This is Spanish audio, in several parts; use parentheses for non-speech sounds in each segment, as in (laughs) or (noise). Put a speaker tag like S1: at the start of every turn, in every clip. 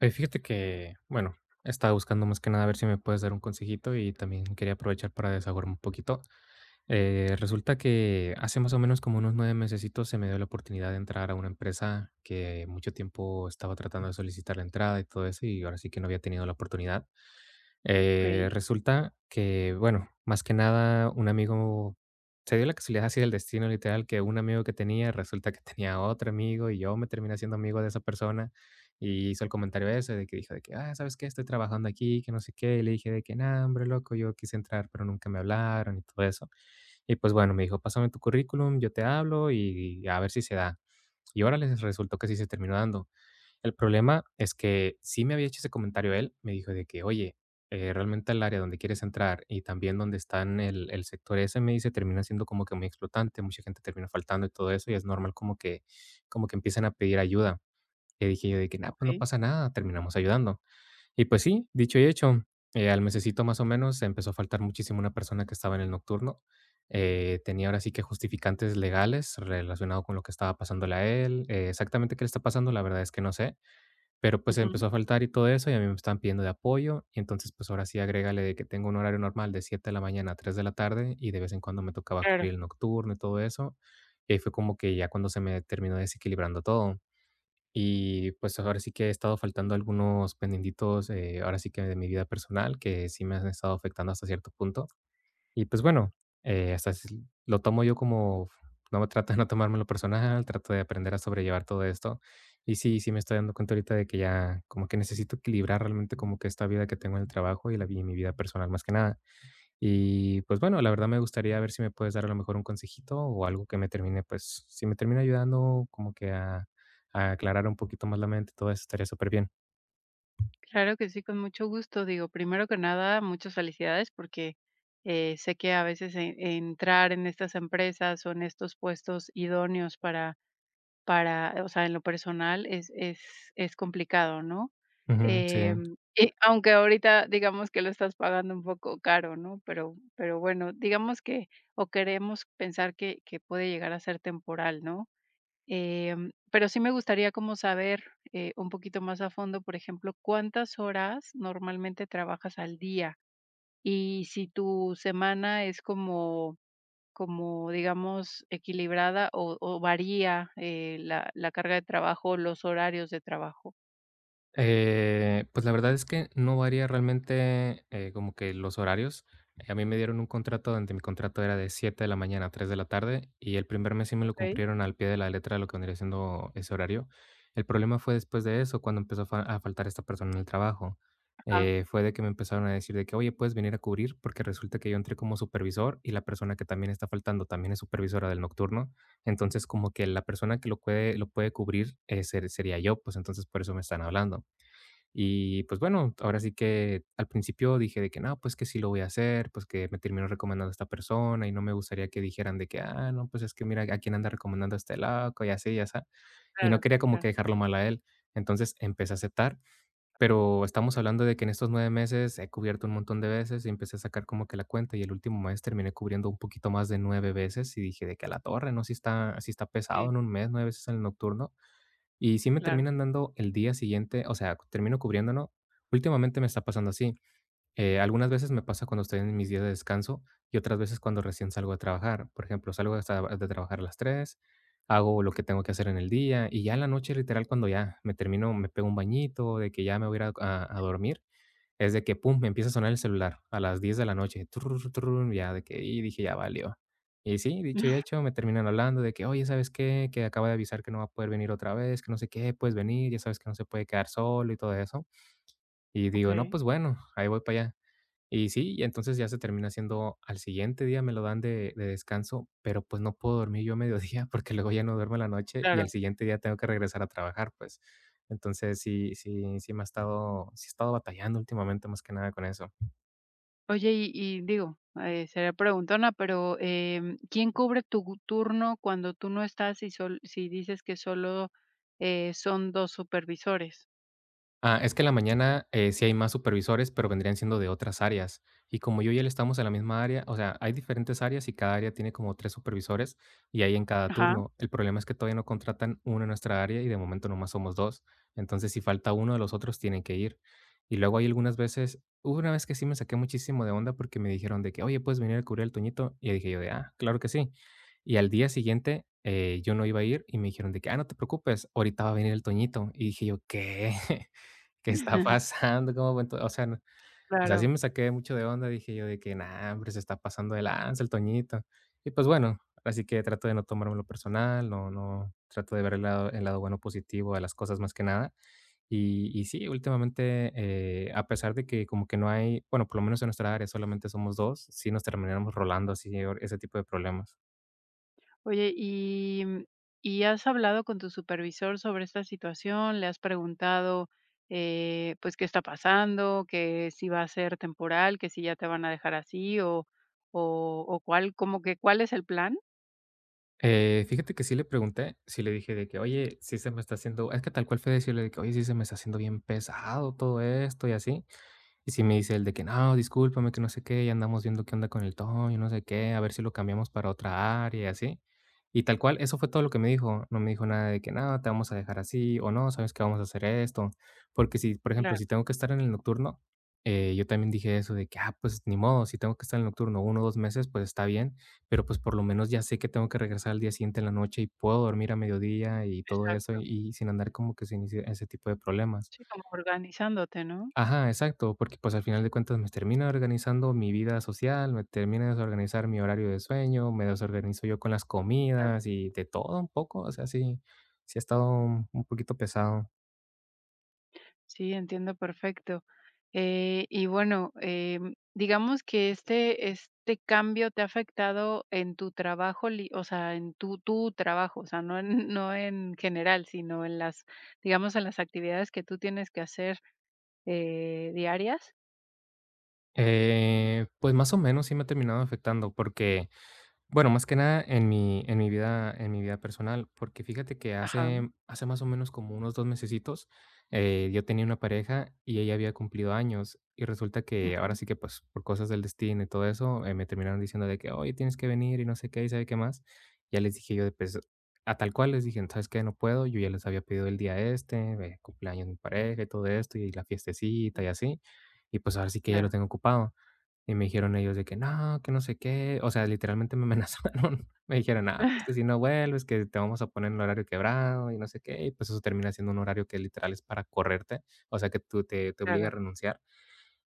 S1: Oye, fíjate que, bueno, estaba buscando más que nada a ver si me puedes dar un consejito y también quería aprovechar para desahogarme un poquito. Resulta que hace más o menos como unos nueve mesecitos se me dio la oportunidad de entrar a una empresa que mucho tiempo estaba tratando de solicitar la entrada y todo eso y ahora sí que no había tenido la oportunidad.
S2: Okey,
S1: Resulta que, bueno, más que nada, un amigo se dio la casualidad así del destino, literal, que un amigo que tenía, resulta que tenía otro amigo y yo me terminé haciendo amigo de esa persona y hizo el comentario ese de que dijo de que, ah, ¿sabes qué? Estoy trabajando aquí, que no sé qué. Y le dije de que, no, hombre, loco, yo quise entrar, pero nunca me hablaron y todo eso. Y pues bueno, me dijo, pásame tu currículum, yo te hablo y a ver si se da. Y ahora les resultó que sí se terminó dando. El problema es que sí me había hecho ese comentario él, me dijo de que: "Oye, realmente el área donde quieres entrar y también donde están el sector ese", me dice, "termina siendo como que muy explotante, mucha gente termina faltando y todo eso, y es normal como que empiezan a pedir ayuda". Le dije yo de que: "No, pues no
S2: okey.
S1: pasa nada, terminamos ayudando". Y pues sí, dicho y hecho, al mesecito más o menos empezó a faltar muchísimo una persona que estaba en el nocturno, tenía ahora sí que justificantes legales relacionado con lo que estaba pasándole a él, exactamente qué le está pasando, la verdad es que no sé, pero, pues,
S2: Ujú.
S1: empezó a faltar y todo eso, y a mí me están pidiendo de apoyo, y entonces, pues, ahora sí agrégale de que tengo un horario normal de 7 de la mañana a 3 de la tarde, y de vez en cuando me tocaba
S2: Claro,
S1: cubrir el nocturno y todo eso. Y ahí fue como que ya cuando se me terminó desequilibrando todo. Y, pues, ahora sí que he estado faltando algunos pendientitos, ahora sí que de mi vida personal, que sí me han estado afectando hasta cierto punto. Y pues bueno, hasta si lo tomo yo como no me trato de no tomármelo personal, trato de aprender a sobrellevar todo esto. Y sí, sí me estoy dando cuenta ahorita de que ya como que necesito equilibrar realmente como que esta vida que tengo en el trabajo y la vi y mi vida personal más que nada. Y pues bueno, la verdad me gustaría ver si me puedes dar a lo mejor un consejito o algo que me termine, pues si me termina ayudando como que a aclarar un poquito más la mente, todo eso estaría súper bien.
S2: claro que sí, con mucho gusto. Digo, primero que nada, muchas felicidades porque, sé que a veces en entrar en estas empresas o en estos puestos idóneos para o sea, en lo personal es es complicado, ¿no?
S1: Ujú, sí.
S2: Y aunque ahorita digamos que lo estás pagando un poco caro, ¿no? Pero bueno, digamos que o queremos pensar que puede llegar a ser temporal, ¿no? Pero sí me gustaría como saber, un poquito más a fondo, por ejemplo, ¿cuántas horas normalmente trabajas al día? Y si tu semana es como, digamos, equilibrada o varía, la carga de trabajo, los horarios de trabajo.
S1: Pues la verdad es que no varía realmente, como que los horarios. A mí me dieron un contrato donde mi contrato era de 7 de la mañana a 3 de la tarde y el primer mes sí me lo
S2: Okey.
S1: cumplieron al pie de la letra de lo que vendría siendo ese horario. El problema fue después de eso, cuando empezó a a faltar esta persona en el trabajo.
S2: Ah,
S1: Fue de que me empezaron a decir de que, oye, puedes venir a cubrir porque resulta que yo entré como supervisor y la persona que también está faltando también es supervisora del nocturno. Entonces, como que la persona que lo puede cubrir sería yo, pues entonces por eso me están hablando. Y pues bueno, ahora sí que al principio dije de que no, pues que sí lo voy a hacer, pues que me terminó recomendando esta persona y no me gustaría que dijeran de que, ah, no, pues es que mira a quién anda recomendando a este loco y así, ya así. Y no
S2: claro,
S1: quería como
S2: claro.
S1: que dejarlo mal a él. Entonces empecé a aceptar, pero estamos hablando de que en estos nueve meses he cubierto un montón de veces y empecé a sacar como que la cuenta y el último mes terminé cubriendo un poquito más de nueve veces y dije de que a la torre, ¿no? Si está pesado
S2: Sí,
S1: en un mes, nueve veces en el nocturno. Y sí me
S2: claro.
S1: terminan dando el día siguiente, o sea, termino cubriéndolo. Últimamente me está pasando así. Algunas veces me pasa cuando estoy en mis días de descanso y otras veces cuando recién salgo a trabajar. Por ejemplo, salgo de, de trabajar a las 3, hago lo que tengo que hacer en el día y ya en la noche, literal, cuando ya me termino, me pego un bañito, de que ya me voy a ir a, a dormir, es de que pum, me empieza a sonar el celular a las 10 de la noche, turururu, turururu, ya de que y dije: "Ya valió". Y sí, dicho y hecho, me terminan hablando de que: "Oye, ¿sabes qué? Que acaba de avisar que no va a poder venir otra vez, que no sé qué, puedes venir, ya sabes que no se puede quedar solo", y todo eso. Y digo: "No,
S2: Okey,
S1: pues bueno, ahí voy para allá". Y sí, y entonces ya se termina haciendo al siguiente día me lo dan de descanso, pero, pues, no puedo dormir yo a mediodía, (laughs) porque luego ya no duermo en la noche y al
S2: claro.
S1: siguiente día tengo que regresar a trabajar, pues. Entonces, sí me ha estado he estado batallando últimamente, más que nada con eso.
S2: Oye, y digo, sería preguntona, pero, ¿quién cubre tu turno cuando tú no estás y sol si dices que solo, son 2 supervisores?
S1: Ah, es que en la mañana, sí hay más supervisores, pero vendrían siendo de otras áreas. Y como yo y él estamos en la misma área, o sea, hay diferentes áreas y cada área tiene como 3 supervisores, y hay en cada
S2: Ajá.
S1: turno. El problema es que todavía no contratan uno en nuestra área y de momento nomás somos 2. Entonces, si falta uno de los otros, tienen que ir. Y luego hay algunas veces hubo una vez que sí me saqué muchísimo de onda porque me dijeron de que: "Oye, ¿puedes venir a cubrir el Toñito?" Y dije yo de: "Ah, claro que sí". Y al día siguiente, yo no iba a ir y me dijeron de que: "Ah, no te preocupes, ahorita va a venir el Toñito". Y dije yo: "¿Qué?". (laughs) ¿Qué está
S2: (laughs)
S1: pasando? ¿Cómo fue todo? O sea, no o sea, sí
S2: Claro.
S1: me saqué mucho de onda, dije yo de que: "No, hombre, se está pasando de lanza el Toñito". Y pues bueno, así que trato de no tomármelo personal, no trato de ver el lado bueno positivo de las cosas más que nada. Y sí, últimamente, a pesar de que como que no hay, bueno, por lo menos en nuestra área solamente somos 2, sí nos terminamos rolando así ese tipo de problemas.
S2: Oye, y, ¿y has hablado con tu supervisor sobre esta situación? ¿Le has preguntado, pues, qué está pasando? ¿Que si va a ser temporal? ¿Que si ya te van a dejar así? ¿O o cuál como que cuál es el plan?
S1: Fíjate que sí le pregunté, sí le dije de que: "Oye, sí se me está haciendo", es que tal cual fue decirle de que: "Oye, sí se me está haciendo bien pesado todo esto y así". Y si me dice el de que: "No, discúlpame, que no sé qué, ya andamos viendo qué onda con el tono y no sé qué, a ver si lo cambiamos para otra área", y así. Y tal cual, eso fue todo lo que me dijo. No me dijo nada de que: "No, te vamos a dejar así", o "No, ¿sabes qué? Vamos a hacer esto". Porque si, por ejemplo,
S2: Claro,
S1: si tengo que estar en el nocturno, yo también dije eso de que: "Ah, pues ni modo, si tengo que estar en el nocturno uno o 2 meses, pues está bien, pero pues por lo menos ya sé que tengo que regresar al día siguiente en la noche y puedo dormir a mediodía y todo eso",
S2: exacto.
S1: y sin andar como que sin ese tipo de problemas.
S2: Sí, como organizándote, ¿no?
S1: Ajá, exacto, porque, pues, al final de cuentas me termina organizando mi vida social, me termina de desorganizar mi horario de sueño, me desorganizo yo con las
S2: Claro,
S1: comidas y de todo un poco, o sea, sí, sí ha estado un poquito pesado.
S2: sí, entiendo perfecto. Y bueno, digamos que este cambio te ha afectado en tu trabajo, o sea, en tu, tu trabajo, o sea, no en, (laughs) no en general, sino en las, digamos, en las actividades que tú tienes que hacer diarias.
S1: Pues, más o menos sí me ha terminado afectando porque bueno, más que nada en mi vida en mi vida personal, porque fíjate que
S2: Ajá,
S1: hace más o menos como unos 2 mesecitos, yo tenía una pareja y ella había cumplido años, y resulta que ahora
S2: ujú,
S1: sí que, pues, por cosas del destino y todo eso, me terminaron diciendo de que: "Oye, tienes que venir", y no sé qué, y sabe qué más. Ya les dije yo de, pues, a tal cual les dije: "¿Sabes qué? No puedo, yo ya les había pedido el día este, de cumpleaños de mi pareja y todo esto, y la fiestecita
S2: ujú,
S1: y así, y pues ahora sí que ya lo
S2: claro,
S1: tengo ocupado". Y me dijeron ellos de que no sé qué". O sea, literalmente me amenazaron. (laughs) Me dijeron: "Ah, pues que si
S2: (laughs)
S1: no vuelves, que te vamos a poner en horario quebrado y no sé qué". Y pues eso termina siendo un horario que literal es para correrte, o sea, que tú te obliga a
S2: claro,
S1: renunciar.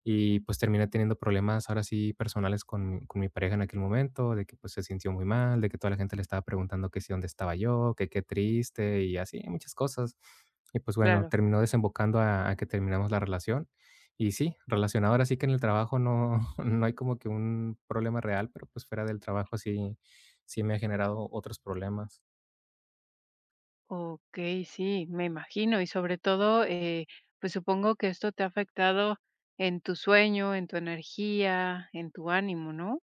S1: Y pues terminé teniendo problemas ahora sí personales con mi pareja en aquel momento, de que pues se sintió muy mal, de que toda la gente le estaba preguntando que si dónde estaba yo, que qué triste y así, muchas cosas. Y pues bueno,
S2: claro.
S1: terminó desembocando a que terminamos la relación. Y sí, relacionado ahora sí que en el trabajo no (laughs) no hay como que un problema real, pero pues fuera del trabajo sí, sí me ha generado otros problemas.
S2: Okey, sí, me imagino, y sobre todo, pues, supongo que esto te ha afectado en tu sueño, en tu energía, en tu ánimo, ¿no?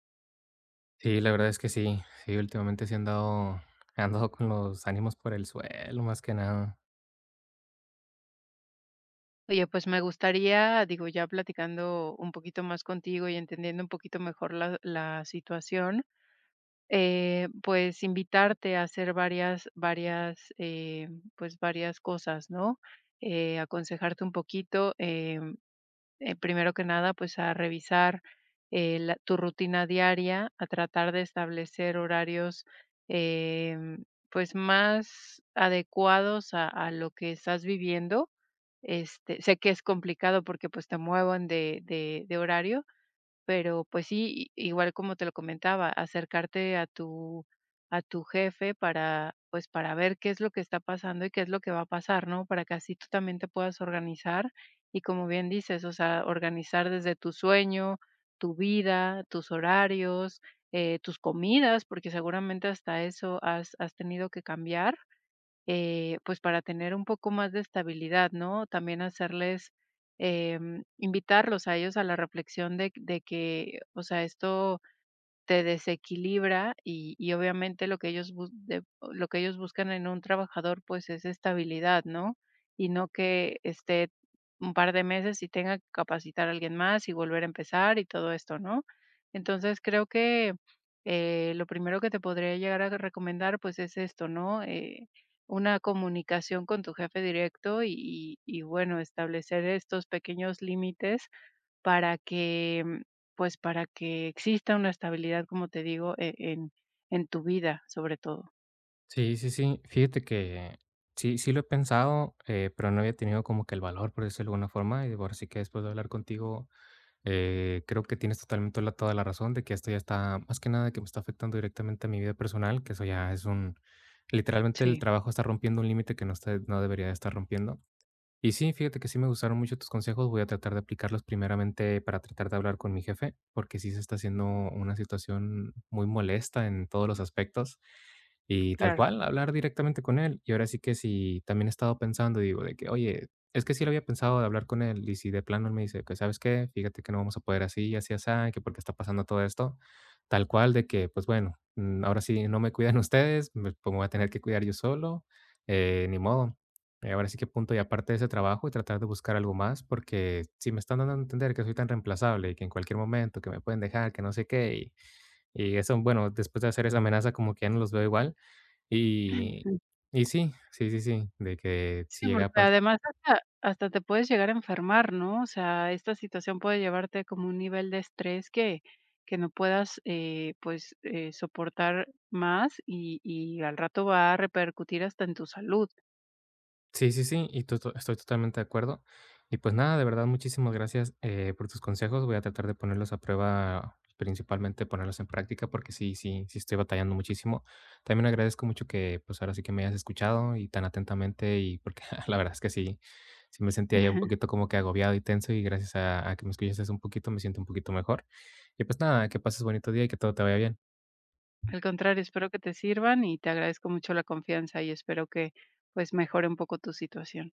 S1: Sí, la verdad es que sí, sí, últimamente sí he andado (laughs) he andado con los ánimos por el suelo, más que nada.
S2: Oye, pues, me gustaría, digo, ya platicando un poquito más contigo y entendiendo un poquito mejor la situación, pues, invitarte a hacer varias, pues, varias cosas, ¿no? Aconsejarte un poquito, primero que nada, pues a revisar tu rutina diaria, a tratar de establecer horarios em, pues más adecuados a lo que estás viviendo. Este, sé que es complicado porque pues te muevan de, de horario, pero, pues sí, i igual como te lo comentaba, acercarte a tu jefe para, pues, para ver qué es lo que está pasando y qué es lo que va a pasar, ¿no? Para que así tú también te puedas organizar y, como bien dices, o sea, organizar desde tu sueño, tu vida, tus horarios, tus comidas, porque seguramente hasta eso has tenido que cambiar pues para tener un poco más de estabilidad, ¿no? También hacerles, invitarlos a ellos a la reflexión de que, o sea, esto te desequilibra y obviamente lo que ellos bus de lo que ellos buscan en un trabajador, pues, es estabilidad, ¿no? Y no que esté un par de meses y tenga que capacitar a alguien más y volver a empezar y todo esto, ¿no? Entonces, creo que, lo primero que te podría llegar a recomendar, pues, es esto, ¿no? Una comunicación con tu jefe directo y y bueno, establecer estos pequeños límites para que, pues, para que exista una estabilidad, como te digo, en tu vida, sobre todo.
S1: Sí, sí, sí. Fíjate que sí, sí lo he pensado, pero no había tenido como que el valor, por decirlo de alguna forma. Y digo, ahora sí que después de hablar contigo, creo que tienes totalmente toda la razón de que esto ya está, más que nada, que me está afectando directamente a mi vida personal, que eso ya es un, literalmente el
S2: Sí,
S1: trabajo está rompiendo un límite que no, está, no debería de estar rompiendo. Y sí, fíjate que sí me gustaron mucho tus consejos. Voy a tratar de aplicarlos primeramente para tratar de hablar con mi jefe, porque sí se está haciendo una situación muy molesta en todos los aspectos. Y tal
S2: claro.
S1: cual, hablar directamente con él. Y ahora sí que sí, también he estado pensando, digo, de que, oye, es que sí lo había pensado de hablar con él. Y si de plano él me dice, que sabes qué, fíjate que no vamos a poder así, así, así, que porque está pasando todo esto. Tal cual, de que, pues bueno, ahora sí no me cuidan (laughs) ustedes, me, pues me voy a tener que cuidar yo solo, ni modo. Ahora sí que punto y aparte de ese trabajo y tratar de buscar algo más, porque si me están dando a entender que soy tan reemplazable y que en cualquier momento que me pueden dejar, que no sé qué, y eso, bueno, después de hacer esa amenaza como que ya no los veo igual.
S2: (clears throat)
S1: Y,
S2: Ujú.
S1: y sí, sí, sí, sí, de que si
S2: Sí,
S1: llega
S2: porque
S1: a
S2: además hasta te puedes llegar a enfermar, ¿no? O sea, esta situación puede llevarte como un nivel de estrés que no puedas, pues, soportar más y al rato va a repercutir hasta en tu salud.
S1: sí, sí, sí, y to to estoy totalmente de acuerdo. Y pues nada, de verdad, muchísimas gracias, por tus consejos. Voy a tratar de ponerlos a prueba, principalmente ponerlos en práctica, porque sí, sí, sí estoy batallando muchísimo. También agradezco mucho que, pues, ahora sí que me hayas escuchado y tan atentamente y porque (laughs) la verdad es que sí, sí me sentía ya un poquito
S2: (laughs)
S1: como que agobiado y tenso, y gracias a que me escuchaste un poquito, me siento un poquito mejor. Y pues nada, que pases bonito día y que todo te vaya bien.
S2: Al contrario, espero que te sirvan y te agradezco mucho la confianza y espero que, pues, mejore un poco tu situación.